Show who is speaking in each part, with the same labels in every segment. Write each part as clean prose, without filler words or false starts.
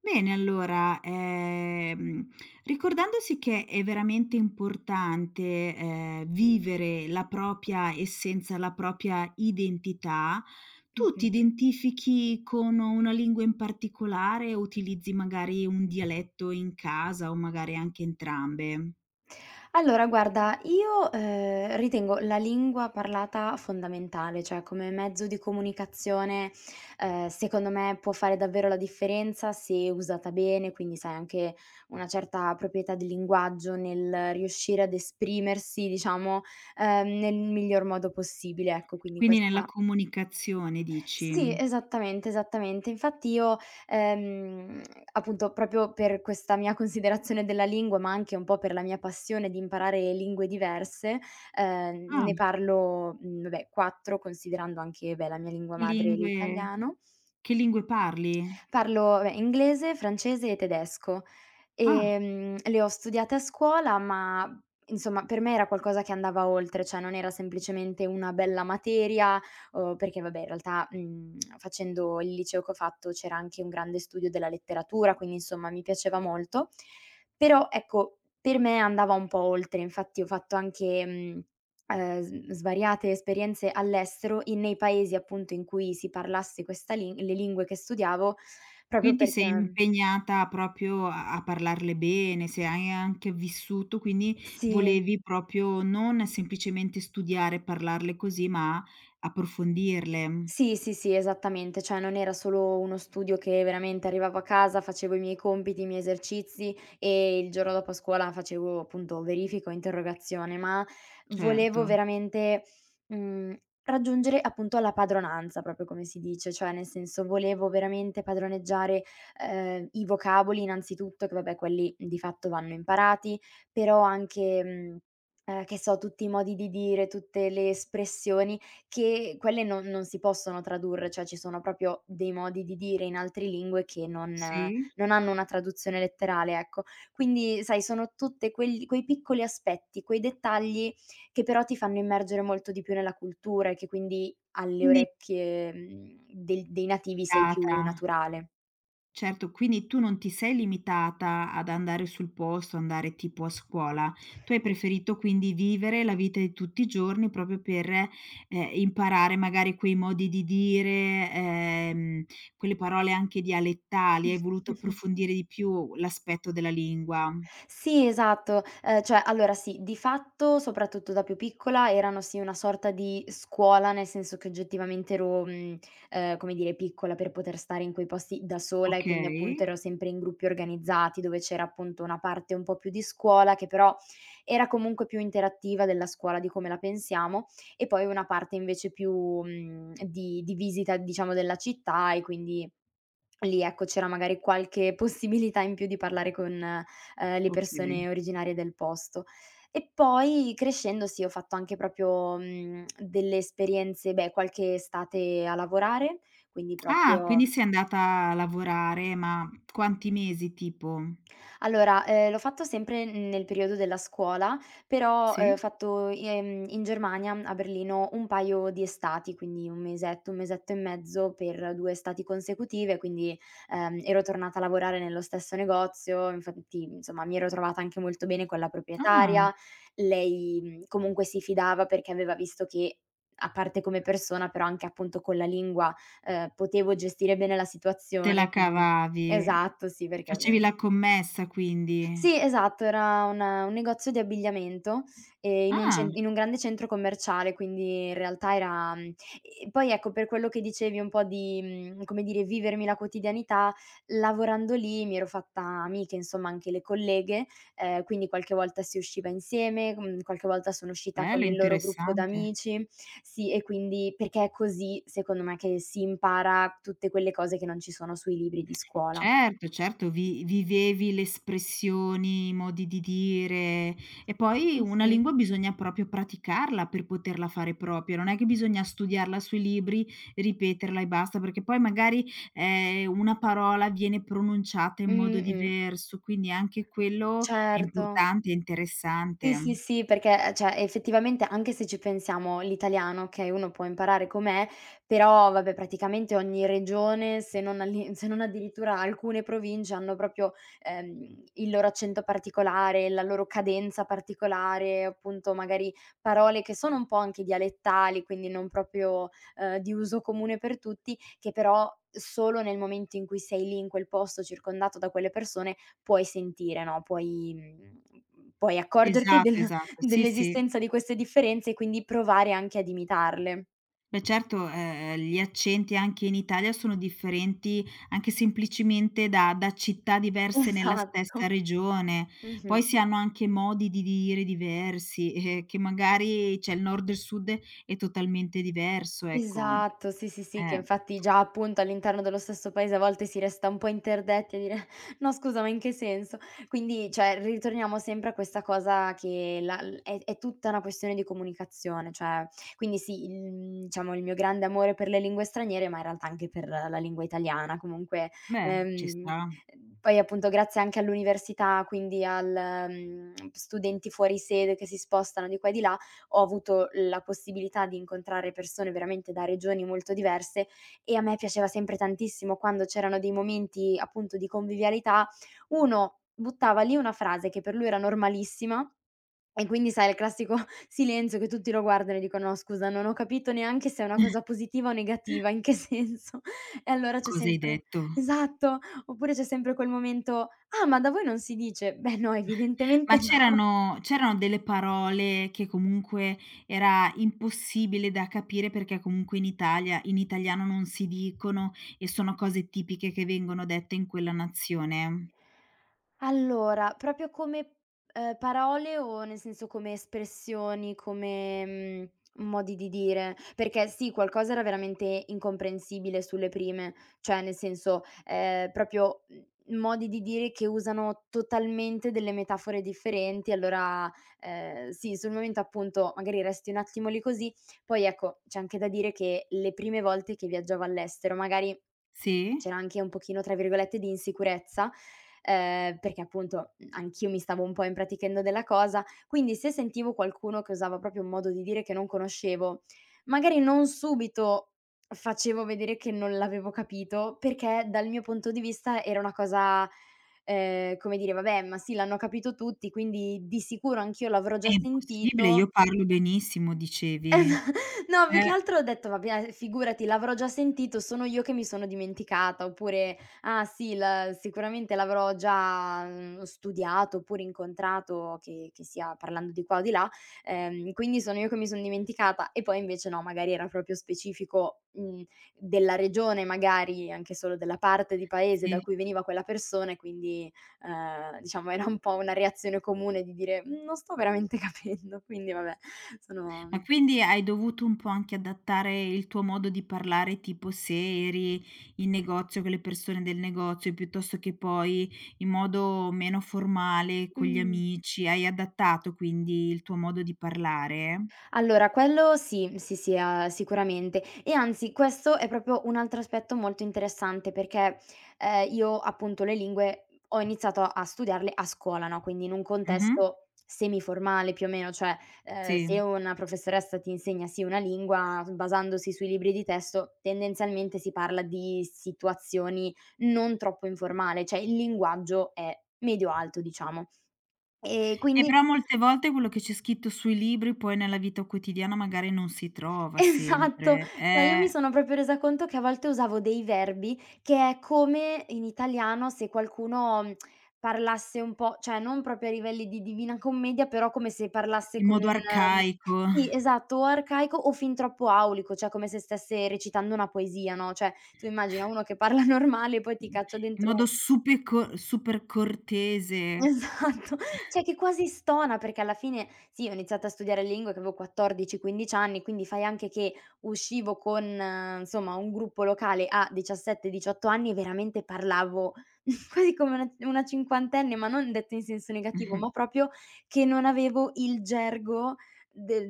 Speaker 1: Bene, allora, ricordandosi che è veramente importante, vivere la propria essenza, la propria identità, tu ti
Speaker 2: Mh-mh.
Speaker 1: identifichi con una lingua in particolare o utilizzi magari un dialetto in casa o magari anche entrambe?
Speaker 2: Allora guarda, io, ritengo la lingua parlata fondamentale, cioè come mezzo di comunicazione. Secondo me può fare davvero la differenza se usata bene, quindi sai anche una certa proprietà di linguaggio nel riuscire ad esprimersi, diciamo, nel miglior modo possibile, ecco, quindi
Speaker 1: Quindi nella
Speaker 2: questa.
Speaker 1: comunicazione
Speaker 2: Sì,
Speaker 1: dici.
Speaker 2: esattamente, esattamente. Infatti io, ehm, appunto, proprio per questa mia considerazione della lingua, ma anche un po' per la mia passione di imparare lingue diverse,
Speaker 1: Ah,
Speaker 2: ne parlo, vabbè, 4 considerando anche, beh, la mia lingua
Speaker 1: che
Speaker 2: madre
Speaker 1: lingue
Speaker 2: l'italiano.
Speaker 1: che lingue parli?
Speaker 2: Parlo, beh, inglese, francese e tedesco.
Speaker 1: Ah.
Speaker 2: Le ho studiate a scuola, ma insomma per me era qualcosa che andava oltre, cioè non era semplicemente una bella materia, o perché vabbè in realtà, facendo il liceo che ho fatto c'era anche un grande studio della letteratura, quindi insomma mi piaceva molto. Però ecco, per me andava un po' oltre, infatti ho fatto anche, mhmm, s svariate esperienze all'estero, in nei paesi appunto in cui si parlasse questa lin le lingue che studiavo. Proprio
Speaker 1: Quindi sei
Speaker 2: perché,
Speaker 1: impegnata proprio a parlarle bene, se hai anche vissuto, quindi
Speaker 2: sì.
Speaker 1: volevi proprio non semplicemente studiare e parlarle così, ma approfondirle.
Speaker 2: Sì, sì, sì, esattamente, cioè non era solo uno studio che veramente arrivavo a casa, facevo i miei compiti, i miei esercizi e il giorno dopo a scuola facevo appunto verifica o interrogazione, ma
Speaker 1: Certo.
Speaker 2: volevo veramente, mhmm, raggiungere appunto la padronanza, proprio come si dice, cioè nel senso volevo veramente padroneggiare, i vocaboli innanzitutto, che vabbè quelli di fatto vanno imparati, però anche, che so, tutti i modi di dire, tutte le espressioni che quelle non si possono tradurre, cioè ci sono proprio dei modi di dire in altre lingue che non eh,
Speaker 1: Sì?
Speaker 2: non hanno una traduzione letterale, ecco. Quindi sai, sono tutte quel quei piccoli aspetti, quei dettagli che però ti fanno immergere molto di più nella cultura e che quindi alle
Speaker 1: Quindi
Speaker 2: orecchie, del dei nativi sei più
Speaker 1: data.
Speaker 2: naturale.
Speaker 1: Certo, quindi tu non ti sei limitata ad andare sul posto, andare tipo a scuola. Tu hai preferito quindi vivere la vita di tutti i giorni proprio per, imparare magari quei modi di dire, quelle parole anche dialettali, hai voluto approfondire di più l'aspetto della lingua.
Speaker 2: Sì, esatto. Cioè allora sì, di fatto, soprattutto da più piccola, erano sì una sorta di scuola, nel senso che oggettivamente ero, come dire, piccola per poter stare in quei posti da sola e quindi
Speaker 1: Okay,
Speaker 2: appunto ero sempre in gruppi organizzati, dove c'era appunto una parte un po' più di scuola, che però era comunque più interattiva della scuola di come la pensiamo, e poi una parte invece più, di visita diciamo della città e quindi lì ecco, c'era magari qualche possibilità in più di parlare con, le
Speaker 1: okay.
Speaker 2: persone originarie del posto. E poi crescendo sì, ho fatto anche proprio, delle esperienze, beh, qualche estate a lavorare, quindi
Speaker 1: Ah,
Speaker 2: proprio.
Speaker 1: quindi sei andata a lavorare, ma quanti mesi tipo?
Speaker 2: Allora, l'ho fatto sempre nel periodo della scuola, però, ho
Speaker 1: Sì?
Speaker 2: fatto, in Germania, a Berlino, un paio di estati, quindi 1 mesetto, 1 mesetto e mezzo per 2 estati consecutive, quindi, ero tornata a lavorare nello stesso negozio, infatti, insomma, mi ero trovata anche molto bene con la
Speaker 1: Ah,
Speaker 2: proprietaria. Lei, comunque si fidava perché aveva visto che, a parte come persona, però anche appunto con la lingua, potevo gestire bene la
Speaker 1: te la
Speaker 2: situazione, quindi
Speaker 1: cavavi.
Speaker 2: esatto, sì, perché
Speaker 1: Facevi
Speaker 2: ovviamente
Speaker 1: la commessa quindi.
Speaker 2: sì, esatto, era una un negozio di abbigliamento, in un
Speaker 1: Ah,
Speaker 2: cen in un grande centro commerciale, quindi in realtà era e poi ecco, per quello che dicevi un po' di come dire, vivermi la quotidianità, lavorando lì mi ero fatta amiche, insomma, anche le colleghe, quindi qualche volta si usciva insieme, qualche volta sono uscita con
Speaker 1: bello,
Speaker 2: il loro gruppo
Speaker 1: interessante.
Speaker 2: d'amici. Sì, e quindi perché è così, secondo me, che si impara tutte quelle cose che non ci sono sui libri di scuola.
Speaker 1: Certo, certo, vi vivevi le espressioni, i modi di dire e poi una
Speaker 2: Mh-mh.
Speaker 1: lingua bisogna proprio praticarla per poterla fare propria, non è che bisogna studiarla sui libri, ripeterla e basta, perché poi magari, una parola viene pronunciata in modo
Speaker 2: Mh-mh.
Speaker 1: diverso, quindi anche quello è
Speaker 2: Certo.
Speaker 1: importante, è
Speaker 2: Sì, sì,
Speaker 1: interessante.
Speaker 2: sì, perché, cioè effettivamente anche se ci pensiamo l'italiano, okay, uno può imparare com'è, però vabbè praticamente ogni regione, se non addirittura alcune province hanno proprio, il loro accento particolare, la loro cadenza particolare, appunto magari parole che sono un po' anche dialettali, quindi non proprio, di uso comune per tutti, che però solo nel momento in cui sei lì in quel posto circondato da quelle persone puoi sentire, no, puoi accorgerti
Speaker 1: Esatto,
Speaker 2: del
Speaker 1: esatto. Sì, sì.
Speaker 2: dell'esistenza di queste differenze e quindi provare anche ad imitarle.
Speaker 1: Beh certo, gli accenti anche in Italia sono differenti, anche semplicemente da da città diverse nella
Speaker 2: Esatto.
Speaker 1: stessa regione.
Speaker 2: Mh-mh.
Speaker 1: Poi si hanno anche modi di dire diversi, che magari cioè il nord e il sud è totalmente diverso, ecco.
Speaker 2: Esatto, sì, sì, sì, che
Speaker 1: Eh.
Speaker 2: infatti già appunto all'interno dello stesso paese a volte si resta un po' interdetti a dire: "No scusa, ma in che senso?" Quindi, cioè, ritorniamo sempre a questa cosa che la l è tutta una questione di comunicazione, cioè quindi sì, il diciamo il mio grande amore per le lingue straniere, ma in realtà anche per la lingua italiana comunque,
Speaker 1: Beh, ci
Speaker 2: ehm,
Speaker 1: sta.
Speaker 2: poi appunto grazie anche all'università, quindi studenti fuori sede che si spostano di qua e di là, ho avuto la possibilità di incontrare persone veramente da regioni molto diverse e a me piaceva sempre tantissimo quando c'erano dei momenti appunto di convivialità, uno buttava lì una frase che per lui era normalissima e quindi sai il classico silenzio che tutti lo guardano e dicono: "No scusa, non ho capito neanche se è una cosa positiva o negativa, in che senso?" E allora c'è
Speaker 1: Cosa hai
Speaker 2: sempre
Speaker 1: detto?
Speaker 2: esatto, oppure c'è sempre quel momento: "Ah, ma da voi non si dice?" Beh no,
Speaker 1: Ma
Speaker 2: evidentemente no.
Speaker 1: c'erano delle parole che comunque era impossibile da capire perché comunque in Italia in italiano non si dicono e sono cose tipiche che vengono dette in quella nazione?
Speaker 2: Allora, proprio come, parole o nel senso come espressioni, come, modi di dire? Perché sì, qualcosa era veramente incomprensibile sulle prime, cioè nel senso, proprio, modi di dire che usano totalmente delle metafore differenti, allora, sì, sul momento appunto magari resti un attimo lì così. Poi ecco, c'è anche da dire che le prime volte che viaggiavo all'estero magari
Speaker 1: Sì?
Speaker 2: c'era anche un pochino, tra virgolette, di insicurezza, perché appunto, anch'io mi stavo un po' impratichendo della cosa, quindi se sentivo qualcuno che usava proprio un modo di dire che non conoscevo, magari non subito facevo vedere che non l'avevo capito, perché dal mio punto di vista era una cosa, come dire: "Vabbè, ma sì, l'hanno capito tutti, quindi di sicuro anch'io l'avrò
Speaker 1: È
Speaker 2: già
Speaker 1: impossibile, io
Speaker 2: sentito."
Speaker 1: parlo benissimo dicevi.
Speaker 2: No, più che
Speaker 1: Eh,
Speaker 2: altro ho detto: "Vabbè, figurati, l'avrò già sentito, sono io che mi sono dimenticata", oppure: "Ah sì, l sicuramente l'avrò già, studiato oppure incontrato", che sia parlando di qua o di là, "quindi sono io che mi son dimenticata". E poi invece no, magari era proprio specifico, della regione, magari anche solo della parte di paese da
Speaker 1: sì.
Speaker 2: cui veniva quella persona e quindi, diciamo era un po' una reazione comune di dire: "Mhmm, non sto veramente capendo". Quindi vabbè, sono.
Speaker 1: Ma quindi hai dovuto un po' anche adattare il tuo modo di parlare, tipo se eri in negozio con le persone del negozio, piuttosto che poi in modo meno formale con gli
Speaker 2: Mh.
Speaker 1: amici, hai adattato quindi il tuo modo di parlare?
Speaker 2: Allora, quello sì, sì, sì, sicuramente. E anzi, questo è proprio un altro aspetto molto interessante perché, io appunto le lingue ho iniziato a studiarle a scuola, no, quindi in un
Speaker 1: Mh-mh.
Speaker 2: contesto semiformale più o meno, cioè, se
Speaker 1: Sì.
Speaker 2: una professoressa ti insegna, sì, una lingua, basandosi sui libri di testo, tendenzialmente si parla di situazioni non troppo informale, cioè il linguaggio è medio alto, diciamo. E
Speaker 1: E
Speaker 2: quindi
Speaker 1: però molte volte quello che c'è scritto sui libri poi nella vita quotidiana magari non si trova
Speaker 2: esatto,
Speaker 1: sempre.
Speaker 2: no, io mi sono proprio resa conto che a volte usavo dei verbi che è come in italiano se qualcuno, parlasse un po' cioè non proprio a livelli di Divina Commedia, però come se parlasse
Speaker 1: In
Speaker 2: con
Speaker 1: modo
Speaker 2: un
Speaker 1: arcaico,
Speaker 2: sì, esatto, o arcaico o fin troppo aulico, cioè come se stesse recitando una poesia, no, cioè tu immagina uno che parla normale e poi ti caccia
Speaker 1: in modo
Speaker 2: dentro.
Speaker 1: super cortese.
Speaker 2: Esatto, cioè che quasi stona perché alla fine sì, ho iniziato a studiare lingue che avevo 14, 15 anni, quindi fai anche che uscivo con, insomma, un gruppo locale a 17, 18 anni e veramente parlavo quasi come una cinquantenne, ma non detto in senso negativo, ma
Speaker 1: Mh-mh.
Speaker 2: proprio che non avevo il gergo del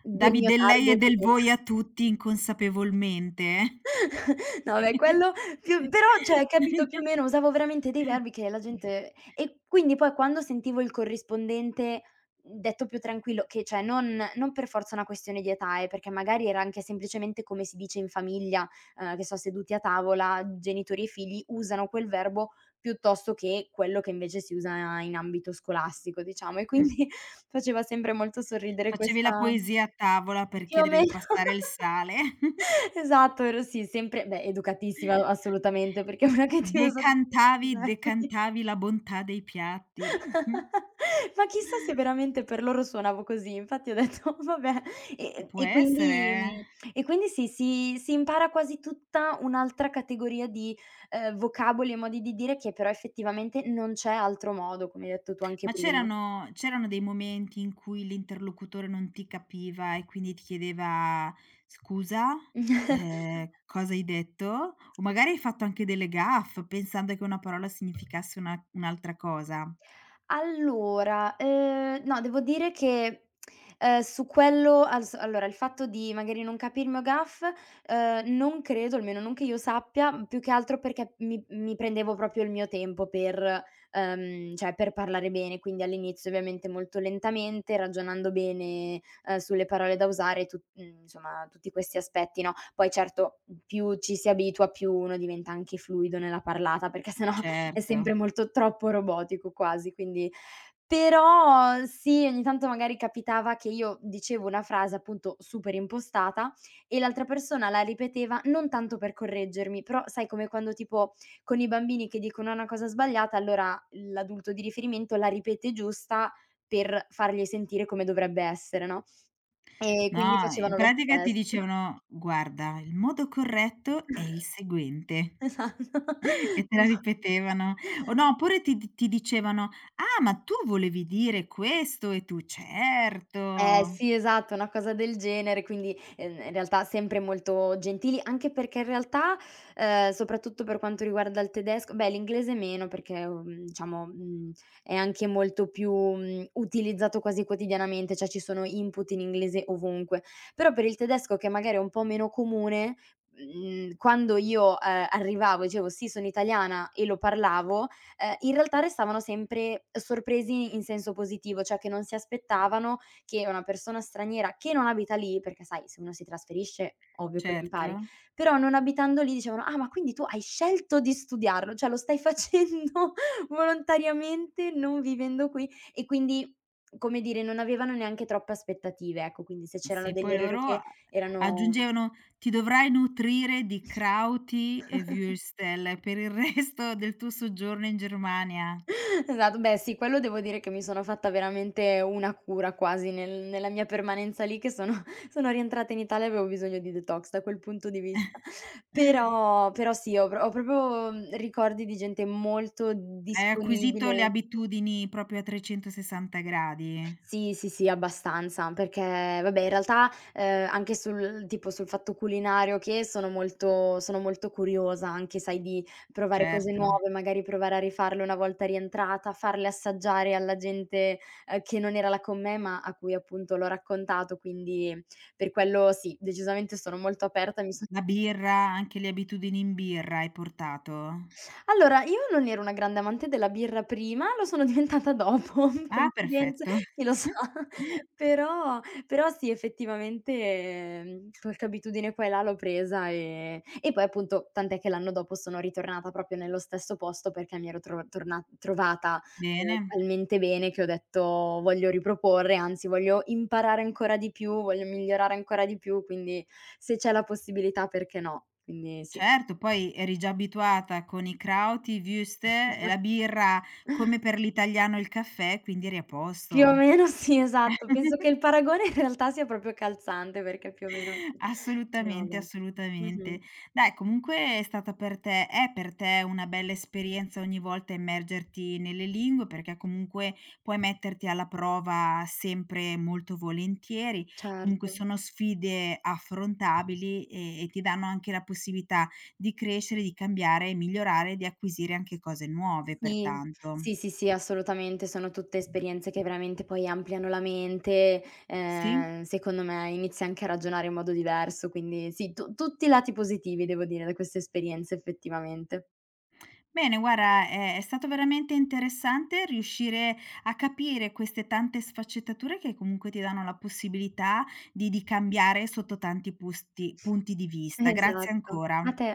Speaker 2: del
Speaker 1: Davi
Speaker 2: mio
Speaker 1: del lei e
Speaker 2: target.
Speaker 1: del voi a tutti inconsapevolmente.
Speaker 2: No, beh, quello più però cioè, capito, più o meno usavo veramente dei
Speaker 1: Mh.
Speaker 2: verbi che la gente e quindi poi quando sentivo il corrispondente detto più tranquillo, che cioè non per forza una questione di età, perché magari era anche semplicemente come si dice in famiglia, che so, seduti a tavola, genitori e figli usano quel verbo piuttosto che quello che invece si usa in ambito scolastico, diciamo. E quindi faceva sempre molto sorridere
Speaker 1: Facevi la
Speaker 2: questa.
Speaker 1: poesia a tavola per
Speaker 2: Più o
Speaker 1: chiedere di
Speaker 2: meno.
Speaker 1: passare il sale.
Speaker 2: Esatto, ero sì, sempre beh, educatissima assolutamente, perché una che ti usa tutti 'sti
Speaker 1: Decantavi
Speaker 2: verbi.
Speaker 1: decantavi la bontà dei piatti. Mh-mh.
Speaker 2: Ma chissà se veramente per loro suonavo così, infatti ho detto: "Vabbè". E
Speaker 1: Può
Speaker 2: e
Speaker 1: essere,
Speaker 2: quindi
Speaker 1: eh.
Speaker 2: sì, si impara quasi tutta un'altra categoria di, vocaboli e modi di dire che però effettivamente non c'è altro modo, come hai detto tu anche
Speaker 1: Ma
Speaker 2: prima.
Speaker 1: c'erano dei momenti in cui l'interlocutore non ti capiva e quindi ti chiedeva: "Scusa, cosa hai detto?" O magari hai fatto anche delle gaffe pensando che una parola significasse una un'altra cosa.
Speaker 2: Allora, no, devo dire che, su quello als allora il fatto di magari non capire il mio gaff, non credo, almeno non che io sappia, più che altro perché mi prendevo proprio il mio tempo per cioè per parlare bene, quindi all'inizio ovviamente molto lentamente, ragionando bene, sulle parole da usare, insomma tutti questi aspetti, no. Poi certo, più ci si abitua, più uno diventa anche fluido nella parlata, perché se no è
Speaker 1: Certo.
Speaker 2: sempre molto troppo robotico quasi, quindi però sì, ogni tanto magari capitava che io dicevo una frase appunto super impostata e l'altra persona la ripeteva non tanto per correggermi, però sai come quando tipo con i bambini che dicono una cosa sbagliata, allora l'adulto di riferimento la ripete giusta per fargli sentire come dovrebbe essere, no, e quindi
Speaker 1: No, in
Speaker 2: facevano lo
Speaker 1: pratica ti
Speaker 2: stesso.
Speaker 1: dicevano: "Guarda, il modo corretto è il seguente."
Speaker 2: Esatto.
Speaker 1: E te la ripetevano. O no, oppure ti dicevano: "Ah, ma tu volevi dire questo." E tu: "Certo,
Speaker 2: Eh sì, esatto, una cosa del genere, quindi, in realtà sempre molto gentili, anche perché in realtà, soprattutto per quanto riguarda il tedesco beh, l'inglese meno perché, diciamo, è anche molto più, utilizzato quasi quotidianamente, cioè ci sono input in inglese ovunque. Però per il tedesco che magari è un po' meno comune, quando io, arrivavo e dicevo: "Sì, sono italiana" e lo parlavo, in realtà restavano sempre sorpresi in senso positivo, cioè che non si aspettavano che una persona straniera che non abita lì, perché sai se uno si trasferisce ovvio che lo impari,
Speaker 1: certo."
Speaker 2: però non abitando lì dicevano: "Ah, ma quindi tu hai scelto di studiarlo, cioè lo stai facendo volontariamente non vivendo qui." E quindi, come dire, non avevano neanche troppe aspettative, ecco, quindi se c'erano
Speaker 1: Sì,
Speaker 2: degli
Speaker 1: poi
Speaker 2: errori
Speaker 1: loro
Speaker 2: che
Speaker 1: a
Speaker 2: erano.
Speaker 1: aggiungevano: "Ti dovrai nutrire di krauti e würstel per il resto del tuo soggiorno in Germania".
Speaker 2: Esatto, beh sì, quello devo dire che mi sono fatta veramente una cura quasi nella mia permanenza lì che sono sono rientrata in Italia e avevo bisogno di detox da quel punto di vista. Però sì, ho proprio, ricordi di gente molto
Speaker 1: Hai acquisito le
Speaker 2: disponibile.
Speaker 1: abitudini proprio a 360 gradi.
Speaker 2: Sì, sì, sì, abbastanza, perché vabbè in realtà, anche sul tipo sul fatto culinario che sono molto curiosa anche, sai, di provare cose
Speaker 1: Certo.
Speaker 2: nuove, magari provare a rifarle una volta rientrata, farle assaggiare alla gente, che non era là con me, ma a cui appunto l'ho raccontato, quindi per quello sì, decisamente sono molto aperta, mi so.
Speaker 1: La birra, anche le abitudini in birra hai portato?
Speaker 2: Allora, io non ero una grande amante della birra prima, lo sono diventata dopo,
Speaker 1: Ah,
Speaker 2: coincidenze,
Speaker 1: perfetto.
Speaker 2: chi lo sa. Però però sì, effettivamente, qualche abitudine qua e là l'ho presa, e poi appunto tant'è che l'anno dopo sono ritornata proprio nello stesso posto perché mi ero trovata,
Speaker 1: Bene.
Speaker 2: talmente bene che ho detto: "Voglio riproporre, anzi voglio imparare ancora di più, voglio migliorare ancora di più", quindi se c'è la possibilità perché no? Quindi sì.
Speaker 1: Certo, poi eri già abituata con i krauti, i würstel e la birra, come per l'italiano il caffè, quindi eri a
Speaker 2: Più o
Speaker 1: posto.
Speaker 2: meno sì, esatto. Penso che il paragone in realtà sia proprio calzante, perché più o meno sì. Però
Speaker 1: Assolutamente,
Speaker 2: vabbè. Mh-mh.
Speaker 1: assolutamente. Dai, comunque è stata per te è per te una bella esperienza ogni volta immergerti nelle lingue, perché comunque puoi metterti alla prova sempre molto volentieri. Comunque
Speaker 2: Certo.
Speaker 1: sono sfide affrontabili e ti danno anche la possibilità di crescere, di cambiare e migliorare, e di acquisire anche cose nuove
Speaker 2: Sì.
Speaker 1: pertanto.
Speaker 2: Sì, sì, sì, assolutamente. Sono tutte esperienze che veramente poi ampliano la mente,
Speaker 1: Sì?
Speaker 2: secondo me inizi anche a ragionare in modo diverso, quindi sì, tu tutti i lati positivi devo dire da queste esperienze effettivamente.
Speaker 1: Bene, guarda, è stato veramente interessante riuscire a capire queste tante sfaccettature che comunque ti danno la possibilità di cambiare sotto tanti pusti punti di vista. Grazie
Speaker 2: Esatto.
Speaker 1: ancora.
Speaker 2: A te.